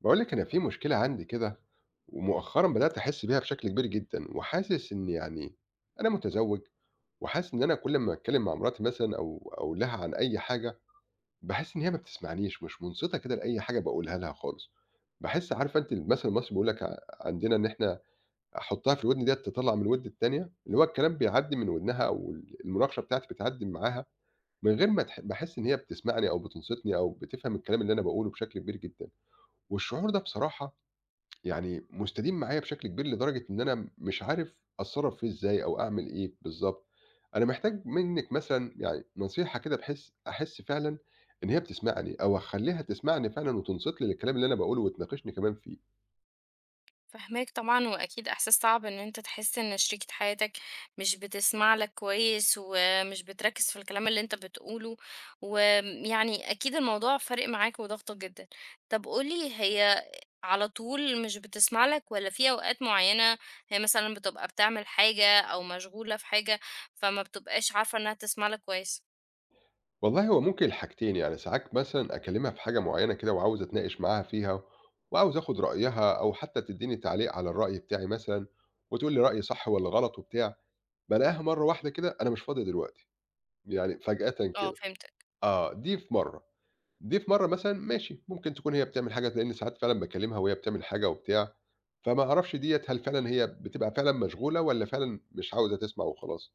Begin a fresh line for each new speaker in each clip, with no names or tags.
باقول لِك أنا في مشكلة عندي كده، ومؤخرًا بدأت أحس بيها بشكل كبير جدًا، وحاسس إن أنا متزوج، وحاسس إن أنا كل أمّا أتكلم مع مراتي مثلًا أو أقول لها عن أي حاجة، باحس إن هي ما بتسمعنيش، مش منصتة كده لأي حاجة باقولها لها خالص. باحس عارفة أنتِ المثل المصري بيقول لك عندنا إن إحنا "حطها في الودن ديّة تطلّع من الودن التانية." اللي هو الكلام بيعدّي من ودنها أو المناقشة بتاعتي بتعدّي من معاها، من غير ما تح باحس إن هي بتسمعني أو بتنصتني أو بتفهم الكلام اللي أنا باقوله بشكل كبير جدًا. والشعور ده بصراحة يعني مستديم معايا بشكل كبير لدرجة إن أنا مش عارف أتصرّف فيه إزاي أو أعمل إيه بالضبط. أنا محتاج منِّك مثلًا يعني نصيحة كده بحيث أحس فعلًا إن هي بتسمعني أو أخلّيها تسمعني فعلًا وتنصت لي للكلام اللي أنا باقوله وتناقشني كمان فيه.
فاهماك طبعًا، وأكيد إحساس صعب إن أنت تحس إن شريكة حياتك مش بتسمع لك كويس، ومش بتركّز في الكلام اللي أنت بتقوله، ويعني أكيد الموضوع فارق معاك وضاغطك جدًا. طب قُل لي، هي على طول مش بتسمع لك والّا في أوقات معيّنة هي مثلًا بتبقى بتعمل حاجة أو مشغولة في حاجة، فما بتبقاش عارفة إنها تسمع لك كويس؟
والله هو ممكن الحاجتين، يعني ساعات مثلًا أكلّمها في حاجة معيّنة كده وعاوز أتناقش معاها فيها وعاوز آخُد رأيها أو حتّى تدّيني تعليق على الرأي بتاعي مثلًا وتقول لي رأيي صح والّا غلط وبتاع، بالاقيها مرّة واحدة كده أنا مش فاضي دلوقتي، يعني فجأةً
آه
كده.
فهمتك،
آه، دي في مرّة، دي في مرّة مثلًا ماشي، ممكن تكون هي بتعمل حاجة لإن ساعات فعلًا باكلمها وهي بتعمل حاجة وبتاع، فما أعرفش ديّة هل فعلًا هي بتبقى فعلًا مشغولة والّا فعلًا مش عاوزة تسمع وخلاص،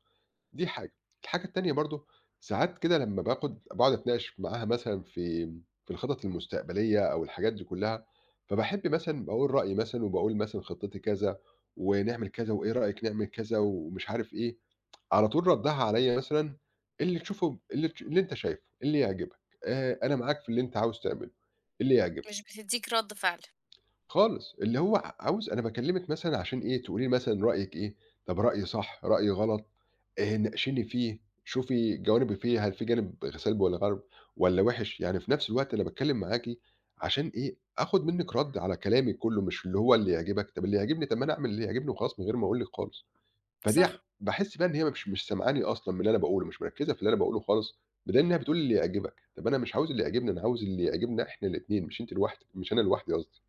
دي حاجة. الحاجة التانية برضه ساعات كده لمّا باقعد أتناقش معاها مثلًا في الخطط المستقبلية أو الحاجات دي كلّها، فباحب مثلًا باقول رأيي مثلًا وباقول مثلًا خطتي كذا ونعمل كذا وإيه رأيِك نعمل كذا ومش عارف إيه. على طول ردّها عليّا مثلًا "إيه اللي تشوفه إيه اللي تش اللي أنت شايفه، إيه اللي يعجبك، أنا معاك في اللي أنت عاوز تعمله، إيه اللي يعجبك،
مش بتدّيك رَد فعل،
خالص، اللي هو عاوز أنا باكلمِك مثلًا عشان إيه، تقولي لي مثلًا رأيِك إيه، طب رأيي صح، رأيي غلط، ناقشيني فيه، شوفي جوانبي فيه، هل في جانب سلبي والّا وِحِش، يعني في نفس الوقت أنا باتكلم معاكِ عشان إيه، آخد منِّك رَد على كلامي كُلّه، مش اللي هو اللي يعجبك، طب اللي يعجبني طب ما أنا أعمل اللي يعجبني وخلاص من غير ما أقول لِك خالص. فدي ع
صح.
باحس بقى إن هي مش سامعاني أصلًا من اللي أنا باقوله، مش مركّزة في اللي أنا باقوله خالص، بدليل إنها بتقول لي اللي يعجبك، طَب أنا مش عاوز اللي يعجبني، أنا عاوز اللي يعجبنا إحنا الاتنين مش أنتِ لوحدِك مش أنا لوحدي قصدي.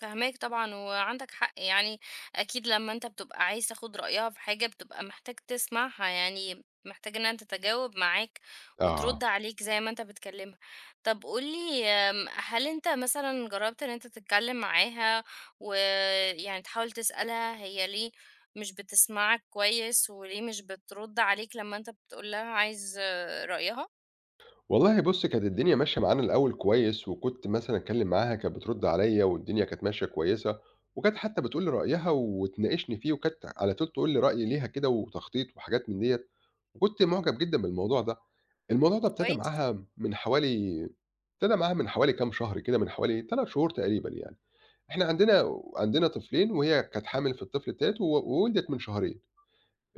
فاهماك طبعًا وعندك حق، يعني أكيد لمّا أنت بتبقى عايز تاخد رأيها في حاجة بتبقى محتاج تسمعها، يعني محتاج إنها تتجاوب معاك وترد
آه.
عليك زي ما أنت بتكلمها. طب قُل لي، هل أنت مثلًا جرّبت إن أنت تتكلم معاها ويعني تحاول تسألها هي ليه مش بتسمعك كويس، وليه مش بترد عليك لمّا أنت بتقول لها عايز آه، رأيها
والله بُص، كانت الدنيا ماشية معانا الأول كويس، وكنت مثلًا أتكلم معاها كانت بترد عليَّ، والدنيا كانت ماشية كويسة، وكانت حتى بتقول لي رأيها وتناقشني فيه، وكانت على طول تقول لي رأي ليها كده وتخطيط وحاجات من ديّة، وكنت معجب جدًا بالموضوع ده. الموضوع ده ابتدى
كويس؟
معاها من حوالي ابتدى معاها من حوالي كام شهر كده، من حوالي 3 شهور تقريبًا يعني. إحنا عندنا طفلين، وهي كانت حامل في الطفل التالت وولدت من شهرين.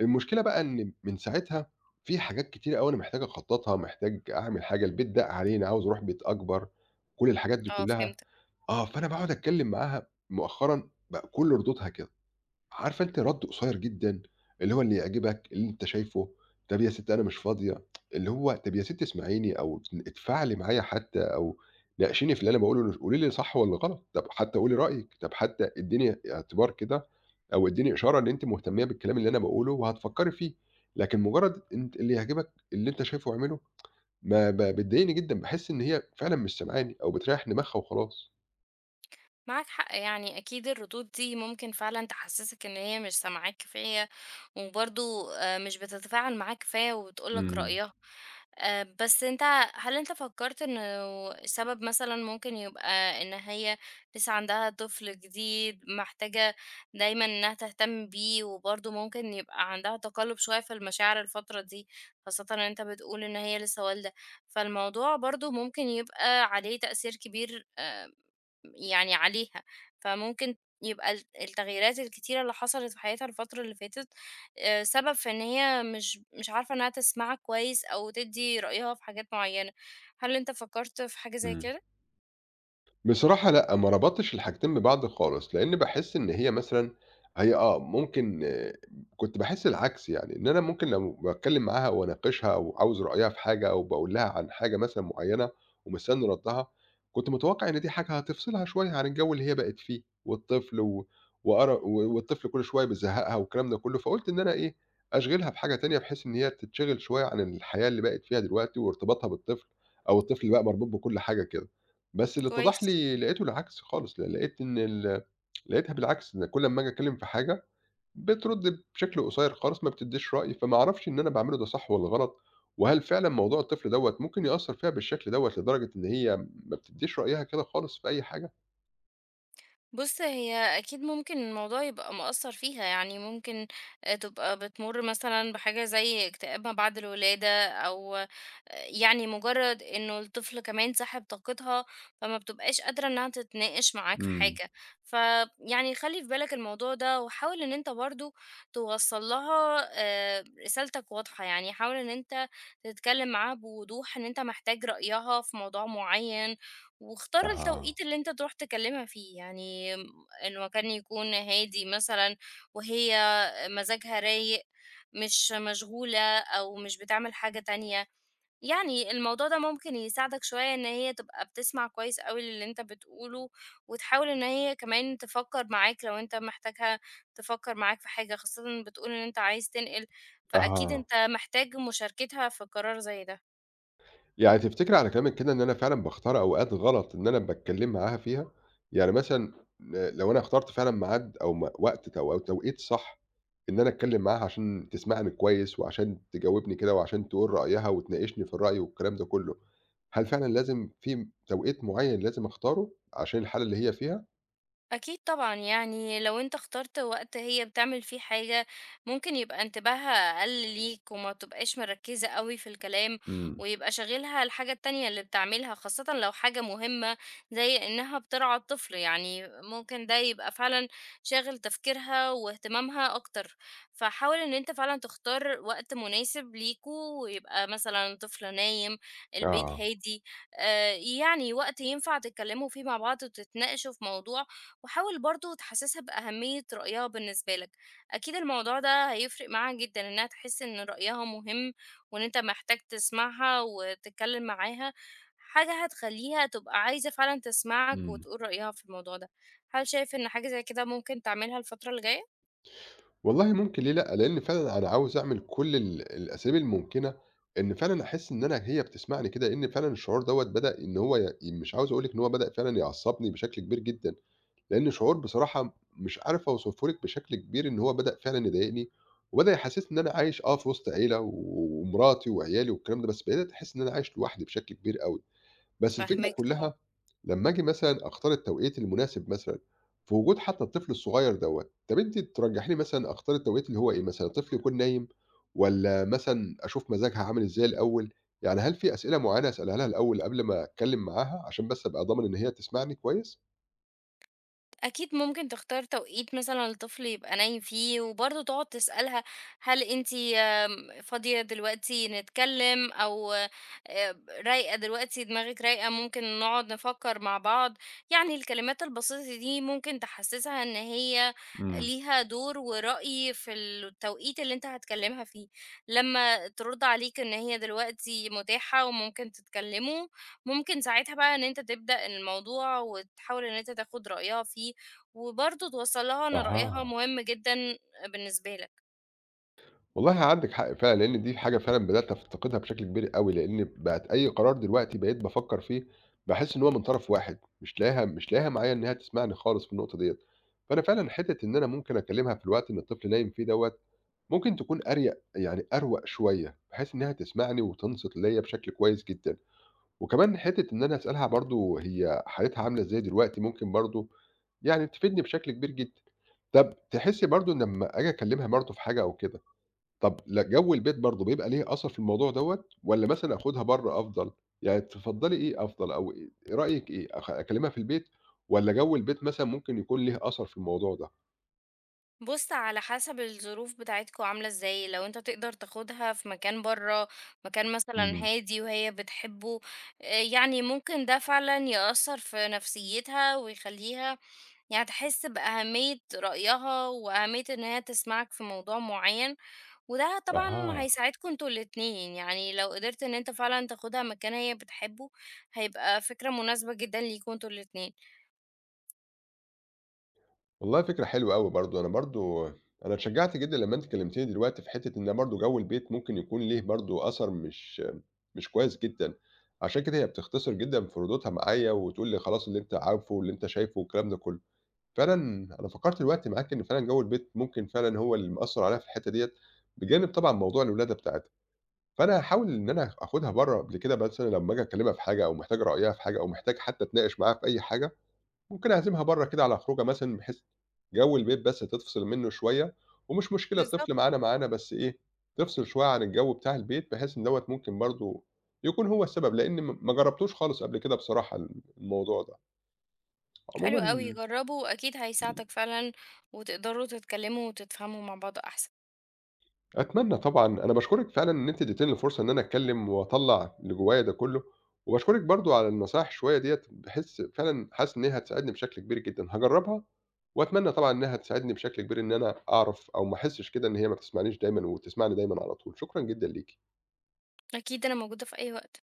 المشكلة بقى إن من ساعتها في حاجات كتيرة أوي أنا محتاج أخطّطها، محتاج أعمل حاجة، البيت ضاق علينا، عاوز أروح بيت أكبر، كل الحاجات دي
آه،
كلّها
فهمت.
آه، فأنا باقعد أتكلّم معاها مؤخرًا بقى كل ردودها كده. عارفة أنتِ رَد قصيّر جدًا، اللي هو اللي يعجبك، اللي أنت شايفه، طَب يا ستّي أنا مش فاضية، اللي هو طَب يا ستّي اسمعيني أو اتفاعلي معايا حتى أو ناقشيني في اللي أنا باقوله، قولي لي صح والّا غلط، طَب حتى قولي رأيِك، طَب حتى ادّيني اعتبار كده أو ادّيني إشارة إن أنتِ مهتمية بالكلام اللي أنا باقوله وهتفكّري فيه، لكن مجرّد أنت اللي يعجبك، اللي أنت شايفه اعمله، ما ب بتضايقني جدًا، باحس إن هي فعلًا مش سامعاني أو بتريّح دماغها وخلاص.
معاك حق، يعني أكيد الردود دي ممكن فعلا تحسسك إن هي مش سامعاك كفاية، وبرضو آه، مش بتتفاعل معاك كفاية وبتقولك
إمم،
رأيها. آه، بس انت هل انت فكرت إنه السبب مثلا ممكن يبقى إن هي لسه عندها طفل جديد محتاجة دايما إنها تهتم بيه، وبرضو ممكن يبقى عندها تقلب شوية في المشاعر الفترة دي، خاصة إن انت بتقول إن هي لسه والدة. فالموضوع برضو ممكن يبقى عليه تأثير كبير، آه، يعني عليها. فممكن يبقى التغييرات الكتيرة اللي حصلت في حياتها الفترة اللي فاتت سبب في إن هي مش عارفة إنها تسمعك كويس أو تدّي رأيها في حاجات معينة. هل أنت فكرت في حاجة زي
إمم.
كده؟
بصراحة لأ، ما ربطتش الحاجتين ببعض خالص، لإن باحس إن هي مثلًا هي آه، ممكن آه، كنت باحس العكس يعني، إن أنا ممكن لو باتكلم معاها واناقشها أو عاوز رأيها في حاجة أو باقول لها عن حاجة مثلًا معينة ومستني ردها، كنت متوقع إن دي حاجة هتفصلها شوية عن الجو اللي هي بقت فيه والطفل و وقر و والطفل كل شوية بيزهقها والكلام ده كله، فقُلت إن أنا إيه، أشغلها بحاجة تانية بحيث إن هي تتشغل شوية عن الحياة اللي بقت فيها دلوقتي وارتباطها بالطفل أو الطفل بقى مربوط بكل حاجة كده. بس اللي اتضح
كويس.
لي لقيته العكس خالص، ل لقيت إن ال لقيتها بالعكس، إن كل أمّا آجي أتكلّم في حاجة بترُد بشكل قصير خالص، ما بتدّيش رأي، فما أعرفش إن أنا باعمله ده صح والّا غلط، وهل فعلًا موضوع الطفل دوّة ممكن يأثّر فيها بالشكل دوّة لدرجة إن هي ما بتدّيش رأيها كده خالص في أي حاجة؟
بُص، هي أكيد ممكن الموضوع يبقى مأثّر فيها، يعني ممكن تبقى بتمُر مثلًا بحاجة زي اكتئاب ما بعد الولادة، أو يعني مُجرّد إنه الطفل كمان سَحِب طاقتها، فما بتبقاش قادرة إنّها تتناقش معاك في
إمم،
حاجة. فيعني خلّي في بالك الموضوع ده، وحاول إن أنت برضه توصّل لها رسالتك واضحة، يعني حاول إن أنت تتكلّم معاها بوضوح إن أنت محتاج رأيها في موضوع معيّن، واختار
أها،
التوقيت اللي أنت تروح تكلمها فيه، يعني. المكان يكون هادي مثلًا، وهي مزاجها رايق، مش مشغولة أو مش بتعمل حاجة تانية. يعني الموضوع ده ممكن يساعدك شوية إن هي تبقى بتسمع كويس أوي للي أنت بتقوله، وتحاول إن هي كمان تفكّر معاك لو أنت محتاجها تفكّر معاك في حاجة، خاصةً بتقول إن أنت عايز تنقل، فأكيد
أها.
أنت محتاج مشاركتها في قرار زي ده.
يعني تفتكري على كلامِك كده إن أنا فعلًا باختار أوقات غلط إن أنا باتكلّم معاها فيها؟ يعني مثلًا لو أنا اخترت فعلًا ميعاد أو م وقت أو توقيت صح إن أنا أتكلّم معاها عشان تسمعني كويس وعشان تجاوبني كده وعشان تقول رأيها وتناقشني في الرأي والكلام ده كُلّه، هل فعلًا لازم في توقيت معيّن لازم أختاره عشان الحالة اللي هي فيها؟
أكيد طبعًا، يعني لو أنت اخترت وقت هي بتعمل فيه حاجة ممكن يبقى انتباهها أقل ليك وما تبقاش مركّزة أوي في الكلام،
إمم.
ويبقى شاغلها الحاجة التانية اللي بتعملها، خاصةً لو حاجة مهمة زي إنها بترعى الطفل، يعني ممكن ده يبقى فعلًا شاغل تفكيرها واهتمامها أكتر. فحاول إن أنت فعلًا تختار وقت مناسب ليكم، ويبقى مثلًا طفل نايم، البيت
آه.
هادي، يعني وقت ينفع تتكلموا فيه مع بعض وتتناقشوا في موضوع، وحاول برضه تحسسها بأهمية رأيها بالنسبة لك. أكيد الموضوع ده هيفرق معاها جدا إنها تحس إن رأيها مهم، وإن أنت محتاج تسمعها وتتكلم معاها، حاجة هتخليها تبقى عايزة فعلا تسمعك
إمم.
وتقول رأيها في الموضوع ده. هل شايف إن حاجة زي كده ممكن تعملها الفترة الجاية؟
والله ممكن ليه لأ، لإن فعلًا أنا عاوز أعمل كل الأساليب الممكنة، إن فعلًا أحس إن هي بتسمعني كده، لإن فعلًا الشعور دوّة بدأ إن هو مش عاوز أقول لِك إن هو بدأ فعلًا يعصّبني بشكل كبير جدًا، لإن شعور بصراحة مش عارف أوصفه لِك بشكل كبير إن هو بدأ فعلًا يضايقني، وبدأ يحسسني إن أنا عايش آه في وسط عيلة و ومراتي وعيالي والكلام ده، بس بدأت أحس إن أنا عايش لوحدي بشكل كبير أوي، بس الفكرة
فاهمك طبعا.
كلها لمّا آجي مثلًا أختار التوقيت المناسب مثلًا، في وجود حتى الطفل الصغير دوّة، طَب أنتِ ترجحي لي مثلًا أختار التوقيت اللي هو إيه مثلًا، الطفل يكون نايم والّا مثلًا أشوف مزاجها عامل إزاي الأول؟ يعني هل في أسئلة معيّنة أسألها لها الأول قبل ما أتكلم معاها، عشان بس أبقى ضامن إن هي تسمعني كويس؟
أكيد ممكن تختار توقيت مثلًا الطفل يبقى نايم فيه، وبرضه تقعد تسألها هل أنتِ فاضية دلوقتي نتكلم؟ أو رايقة دلوقتي دماغِك رايقة ممكن نقعد نفكر مع بعض، يعني الكلمات البسيطة دي ممكن تحسسها إن هي
إمم،
ليها دور ورأي في التوقيت اللي أنت هتكلمها فيه. لمّا ترد عليك إن هي دلوقتي متاحة وممكن تتكلموا، ممكن ساعتها بقى إن أنت تبدأ الموضوع وتحاول إن أنت تاخد رأيها فيه. وبرضه توصّل لها إن رأيها
أها.
مهم جدًا بالنسبة لك.
والله عندِك حق فعلًا، لإن دي حاجة فعلًا بدأت أفتقدها بشكل كبير أوي، لإن بقت أي قرار دلوقتي بقيت بافكّر فيه، باحس إن هو من طرف واحد، مش لاقيها معايا إن هي تسمعني خالص في النقطة ديّة. فأنا فعلًا حتّة إن أنا ممكن أكلمها في الوقت اللي الطفل نايم فيه دوّة، ممكن تكون أريَق يعني أروَق شوية، بحيث إنها تسمعني وتنصت ليّا بشكل كويس جدًا. وكمان حتّة إن أنا أسألها برضه هي حالتها عاملة إزاي دلوقتي، ممكن برضه يعني تفيدني بشكل كبير جدًا. طَب تحسّي برضه إن لمّا آجي أكلمها برضه في حاجة أو كده، طب ل جو البيت برضه بيبقى ليه أثر في الموضوع دوّة، والّا مثلًا آخُدها برّه أفضل؟ يعني تفضّلي إيه أفضل أو إيه رأيِك إيه، أكلّمها في البيت والّا جو البيت مثلًا ممكن يكون ليه أثر في الموضوع ده؟
بُص، على حسب الظروف بتاعتكم عاملة إزاي، لو أنت تقدر تاخدها في مكان برّه، مكان مثلًا
إمم.
هادي وهي بتحبه، يعني ممكن ده فعلًا يأثّر في نفسيتها ويخلّيها يعني تحس بأهمية رأيها وأهمية إن هي تسمعك في موضوع معيّن، وده طبعًا
أها،
هيساعدكم أنتم الاتنين. يعني لو قدرت إن أنت فعلًا تاخدها مكان هي بتحبه، هيبقى فكرة مناسبة جدًا ليكم أنتم الاتنين.
والله فكرة حلوة أوي برضه، أنا اتشجّعت جدًا لمّا أنتِ كلّمتيني دلوقتي في حتّة إن برضه جو البيت ممكن يكون ليه برضه أثر مش كويس جدًا، عشان كده هي بتختصر جدًا في ردودها معايا وتقول لي خلاص اللي أنت عارفه واللي أنت شايفه والكلام ده كلّه. فعلًا أنا فكّرت دلوقتي معاك إن فعلًا جو البيت ممكن فعلًا هو اللي مأثّر عليها في الحتّة ديّة، بجانب طبعًا موضوع الولادة بتاعتها، فأنا هاحاول إن أنا آخُدها برّه قبل كده مثلًا لمّا آجي أكلّمها في حاجة أو محتاج رأيها في حاجة أو محتاج حتّى أتناقش معاها في أي حاجة، ممكن أعزمها برّه كده على خروجة مثلًا بحيث جو البيت بس تفصل منّه شوية، ومش مشكلة
بالضبط.
الطفل معانا، معانا بس إيه، تفصل شوية عن الجو بتاع البيت بحيث إن دوّة ممكن برضه يكون هو السبب، لإن ما جرّبتوش خالص قبل كده بصراحة الموضوع ده.
حلو أوي،
عمومًا
جرّبه أكيد هيساعدك فعلًا، وتقدروا تتكلموا وتتفهموا مع بعض أحسن.
أتمنى طبعًا، أنا باشكرِك فعلًا إن أنتِ اديتيني الفرصة إن أنا أتكلم وأطلّع اللي جوايا ده كله، وباشكرِك برضه على النصايح شوية ديّة، باحس فعلًا حاسس إن هي هتساعدني بشكل كبير جدًا، هاجرّبها وأتمنى طبعًا إنها تساعدني بشكل كبير إن أنا أعرف أو ما أحسش كده إن هي ما بتسمعنيش دايمًا وتسمعني دايمًا على طول، شكرًا جدًا ليكِ.
أكيد أنا موجودة في أي وقت.